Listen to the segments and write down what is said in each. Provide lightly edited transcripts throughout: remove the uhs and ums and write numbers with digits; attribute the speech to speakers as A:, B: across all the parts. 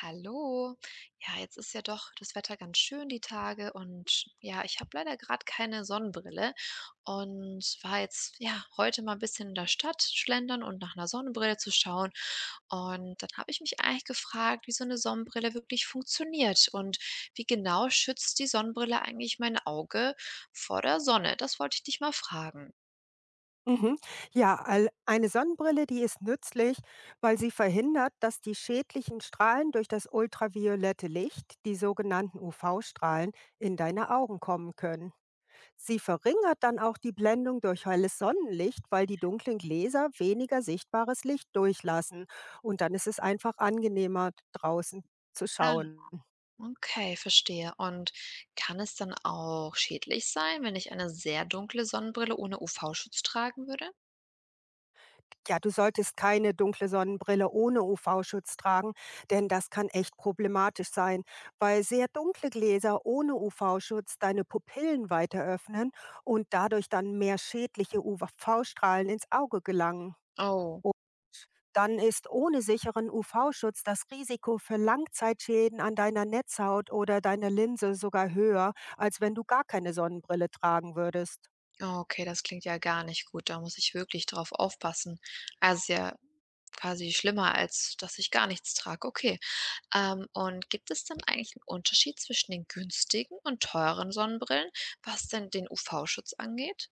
A: Hallo. Ja, jetzt ist ja doch das Wetter ganz schön die Tage und ja, ich habe leider gerade keine Sonnenbrille und war jetzt ja heute mal ein bisschen in der Stadt schlendern und nach einer Sonnenbrille zu schauen. Und dann habe ich mich eigentlich gefragt, wie so eine Sonnenbrille wirklich funktioniert und wie genau schützt die Sonnenbrille eigentlich mein Auge vor der Sonne? Das wollte ich dich mal fragen.
B: Mhm. Ja, eine Sonnenbrille, die ist nützlich, weil sie verhindert, dass die schädlichen Strahlen durch das ultraviolette Licht, die sogenannten UV-Strahlen, in deine Augen kommen können. Sie verringert dann auch die Blendung durch helles Sonnenlicht, weil die dunklen Gläser weniger sichtbares Licht durchlassen. Und dann ist es einfach angenehmer, draußen zu schauen.
A: Okay, verstehe. Und kann es dann auch schädlich sein, wenn ich eine sehr dunkle Sonnenbrille ohne UV-Schutz tragen würde?
B: Ja, du solltest keine dunkle Sonnenbrille ohne UV-Schutz tragen, denn das kann echt problematisch sein, weil sehr dunkle Gläser ohne UV-Schutz deine Pupillen weiter öffnen und dadurch dann mehr schädliche UV-Strahlen ins Auge gelangen.
A: Oh,
B: Dann ist ohne sicheren UV-Schutz das Risiko für Langzeitschäden an deiner Netzhaut oder deiner Linse sogar höher, als wenn du gar keine Sonnenbrille tragen würdest.
A: okay, das klingt ja gar nicht gut. Da muss ich wirklich drauf aufpassen. Also ist ja quasi schlimmer, als dass ich gar nichts trage. Okay. Und gibt es dann eigentlich einen Unterschied zwischen den günstigen und teuren Sonnenbrillen, was denn den UV-Schutz angeht?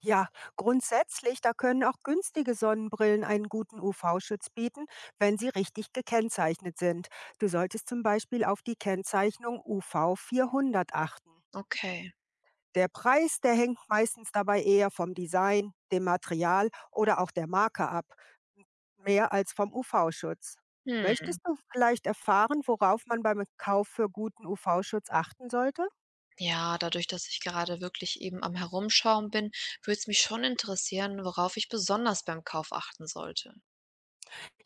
B: Ja, grundsätzlich, da können auch günstige Sonnenbrillen einen guten UV-Schutz bieten, wenn sie richtig gekennzeichnet sind. Du solltest zum Beispiel auf die Kennzeichnung UV 400 achten.
A: Okay.
B: Der Preis, der hängt meistens dabei eher vom Design, dem Material oder auch der Marke ab, mehr als vom UV-Schutz.
A: Hm.
B: Möchtest du vielleicht erfahren, worauf man beim Kauf für guten UV-Schutz achten sollte?
A: Ja, dadurch, dass ich gerade wirklich eben am Herumschauen bin, würde es mich schon interessieren, worauf ich besonders beim Kauf achten sollte.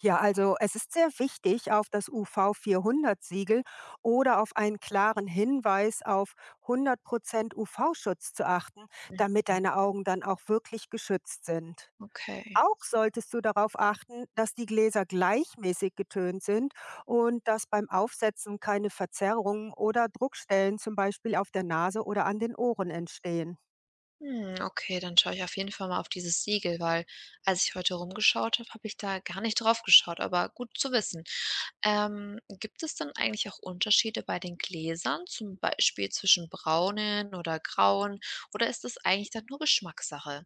B: Ja, also es ist sehr wichtig, auf das UV-400-Siegel oder auf einen klaren Hinweis auf 100% UV-Schutz zu achten,
A: Hm,
B: damit deine Augen dann auch wirklich geschützt sind.
A: okay.
B: Auch solltest du darauf achten, dass die Gläser gleichmäßig getönt sind und dass beim Aufsetzen keine Verzerrungen oder Druckstellen zum Beispiel auf der Nase oder an den Ohren entstehen.
A: Hm, okay, dann schaue ich auf jeden Fall mal auf dieses Siegel, weil als ich heute rumgeschaut habe, habe ich da gar nicht drauf geschaut, aber gut zu wissen. Gibt es dann eigentlich auch Unterschiede bei den Gläsern, zum Beispiel zwischen braunen oder grauen, oder ist das eigentlich dann nur Geschmackssache?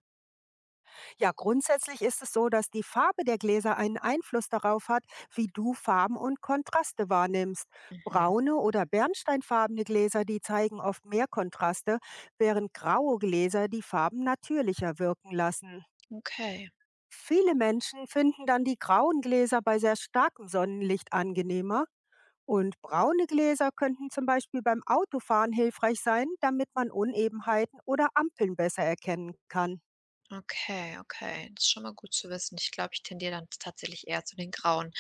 B: Ja, grundsätzlich ist es so, dass die Farbe der Gläser einen Einfluss darauf hat, wie du Farben und Kontraste wahrnimmst.
A: Mhm,
B: Braune oder bernsteinfarbene Gläser, die zeigen oft mehr Kontraste, während graue Gläser die Farben natürlicher wirken lassen.
A: okay.
B: Viele Menschen finden dann die grauen Gläser bei sehr starkem Sonnenlicht angenehmer. Und braune Gläser könnten zum Beispiel beim Autofahren hilfreich sein, damit man Unebenheiten oder Ampeln besser erkennen kann.
A: Okay, okay. Das ist schon mal gut zu wissen. Ich glaube, ich tendiere dann tatsächlich eher zu den Grauen.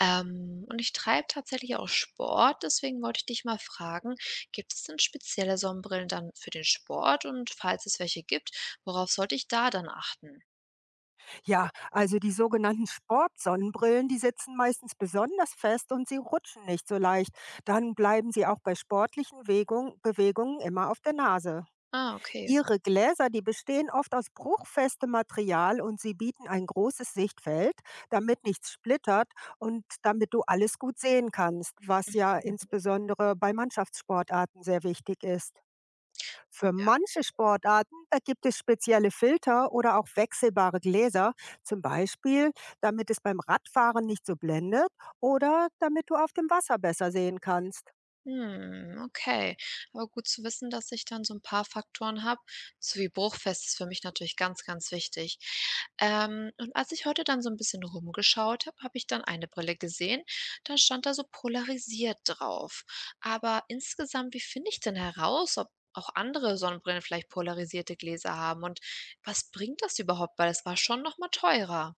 A: Und ich treibe tatsächlich auch Sport, deswegen wollte ich dich mal fragen, gibt es denn spezielle Sonnenbrillen dann für den Sport? Und falls es welche gibt, worauf sollte ich da dann achten?
B: Ja, also die sogenannten Sportsonnenbrillen, die sitzen meistens besonders fest und sie rutschen nicht so leicht. Dann bleiben sie auch bei sportlichen Bewegungen immer auf der Nase.
A: Ah, okay.
B: Ihre Gläser, die bestehen oft aus bruchfestem Material und sie bieten ein großes Sichtfeld, damit nichts splittert und damit du alles gut sehen kannst, was ja
A: Mhm.
B: insbesondere bei Mannschaftssportarten sehr wichtig ist. Für manche Sportarten, da gibt es spezielle Filter oder auch wechselbare Gläser, zum Beispiel, damit es beim Radfahren nicht so blendet oder damit du auf dem Wasser besser sehen kannst.
A: Hm, okay. Aber gut zu wissen, dass ich dann so 'n paar Faktoren habe, so wie bruchfest ist für mich natürlich ganz, ganz wichtig. Und als ich heute dann so 'n bisschen rumgeschaut habe, habe ich dann eine Brille gesehen, da stand da so polarisiert drauf. Aber insgesamt, wie finde ich denn heraus, ob auch andere Sonnenbrillen vielleicht polarisierte Gläser haben und was bringt das überhaupt? Weil das war schon noch mal teurer.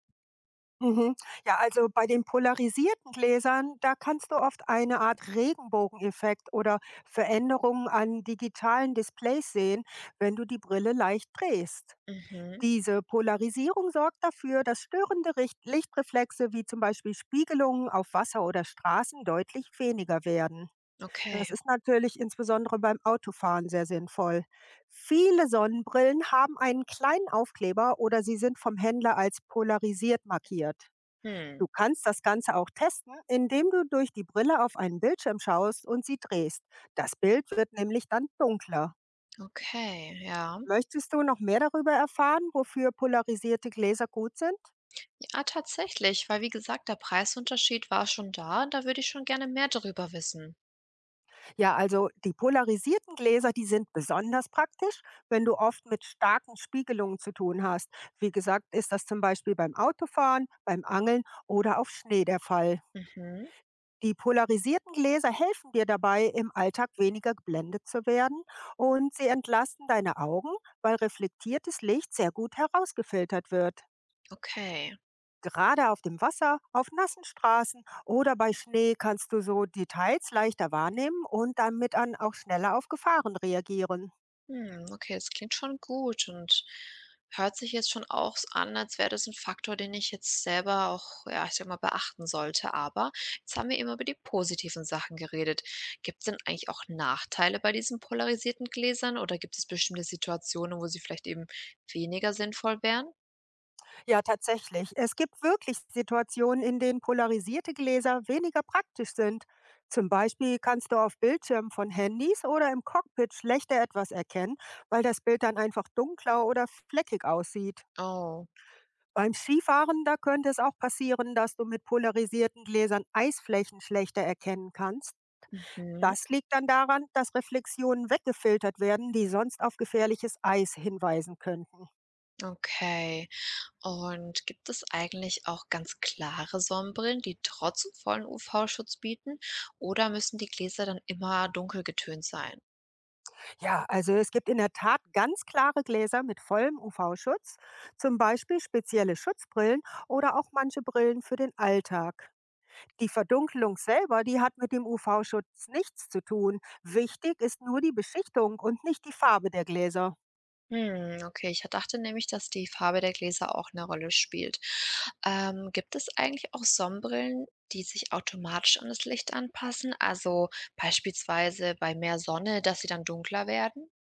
B: Mhm. Ja, also bei den polarisierten Gläsern, da kannst du oft eine Art Regenbogeneffekt oder Veränderungen an digitalen Displays sehen, wenn du die Brille leicht drehst.
A: Mhm,
B: Diese Polarisierung sorgt dafür, dass störende Richt Lichtreflexe wie zum Beispiel Spiegelungen auf Wasser oder Straßen deutlich weniger werden.
A: okay.
B: Das ist natürlich insbesondere beim Autofahren sehr sinnvoll. Viele Sonnenbrillen haben einen kleinen Aufkleber oder sie sind vom Händler als polarisiert markiert.
A: Hm,
B: Du kannst das Ganze auch testen, indem du durch die Brille auf einen Bildschirm schaust und sie drehst. Das Bild wird nämlich dann dunkler.
A: okay, ja.
B: Möchtest du noch mehr darüber erfahren, wofür polarisierte Gläser gut sind?
A: Ah, tatsächlich, weil wie gesagt, der Preisunterschied war schon da. Da würde ich schon gerne mehr darüber wissen.
B: Ja, also die polarisierten Gläser, die sind besonders praktisch, wenn du oft mit starken Spiegelungen zu tun hast. Wie gesagt, ist das zum Beispiel beim Autofahren, beim Angeln oder auf Schnee der Fall.
A: Mhm,
B: Die polarisierten Gläser helfen dir dabei, im Alltag weniger geblendet zu werden und sie entlasten deine Augen, weil reflektiertes Licht sehr gut herausgefiltert wird.
A: okay.
B: Gerade auf dem Wasser, auf nassen Straßen oder bei Schnee kannst du so Details leichter wahrnehmen und damit dann auch schneller auf Gefahren reagieren.
A: Hm, okay, das klingt schon gut und hört sich jetzt schon auch an, als wäre das ein Faktor, den ich jetzt selber auch, ja, ich sag mal, beachten sollte. Aber jetzt haben wir eben über die positiven Sachen geredet. Gibt es denn eigentlich auch Nachteile bei diesen polarisierten Gläsern oder gibt es bestimmte Situationen, wo sie vielleicht eben weniger sinnvoll wären?
B: Ja, tatsächlich. Es gibt wirklich Situationen, in denen polarisierte Gläser weniger praktisch sind. Zum Beispiel kannst du auf Bildschirmen von Handys oder im Cockpit schlechter etwas erkennen, weil das Bild dann einfach dunkler oder fleckig aussieht.
A: Oh,
B: Beim Skifahren, da könnte es auch passieren, dass du mit polarisierten Gläsern Eisflächen schlechter erkennen kannst.
A: mhm,
B: Das liegt dann daran, dass Reflexionen weggefiltert werden, die sonst auf gefährliches Eis hinweisen könnten.
A: okay. Und gibt es eigentlich auch ganz klare Sonnenbrillen, die trotzdem vollen UV-Schutz bieten, oder müssen die Gläser dann immer dunkel getönt sein?
B: Ja, also es gibt in der Tat ganz klare Gläser mit vollem UV-Schutz, zum Beispiel spezielle Schutzbrillen oder auch manche Brillen für den Alltag. Die Verdunkelung selber, die hat mit dem UV-Schutz nichts zu tun. Wichtig ist nur die Beschichtung und nicht die Farbe der Gläser.
A: Hm, okay, ich dachte nämlich, dass die Farbe der Gläser auch eine Rolle spielt. Gibt es eigentlich auch Sonnenbrillen, die sich automatisch an das Licht anpassen? Also beispielsweise bei mehr Sonne, dass sie dann dunkler werden?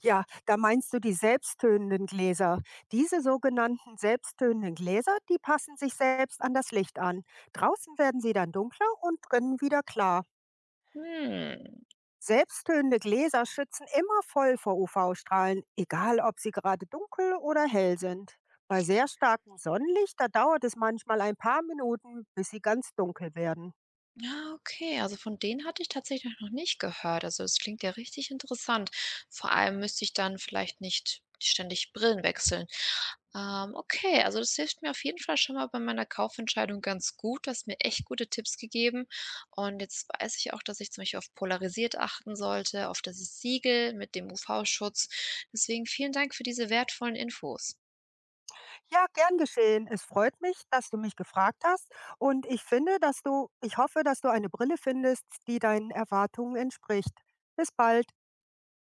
B: Ja, da meinst du die selbsttönenden Gläser. Diese sogenannten selbsttönenden Gläser, die passen sich selbst an das Licht an. Draußen werden sie dann dunkler und drinnen wieder klar.
A: Hm.
B: Selbsttönende Gläser schützen immer voll vor UV-Strahlen, egal ob sie gerade dunkel oder hell sind. Bei sehr starkem Sonnenlicht, da dauert es manchmal ein paar Minuten, bis sie ganz dunkel werden.
A: Ja, okay. Also von denen hatte ich tatsächlich noch nicht gehört. Also es klingt ja richtig interessant. Vor allem müsste ich dann vielleicht nicht ständig Brillen wechseln. Okay, also das hilft mir auf jeden Fall schon mal bei meiner Kaufentscheidung ganz gut. Du hast mir echt gute Tipps gegeben. Und jetzt weiß ich auch, dass ich zum Beispiel auf polarisiert achten sollte, auf das Siegel mit dem UV-Schutz. Deswegen vielen Dank für diese wertvollen Infos.
B: Ja, gern geschehen. Es freut mich, dass du mich gefragt hast und ich hoffe, dass du eine Brille findest, die deinen Erwartungen entspricht. Bis bald.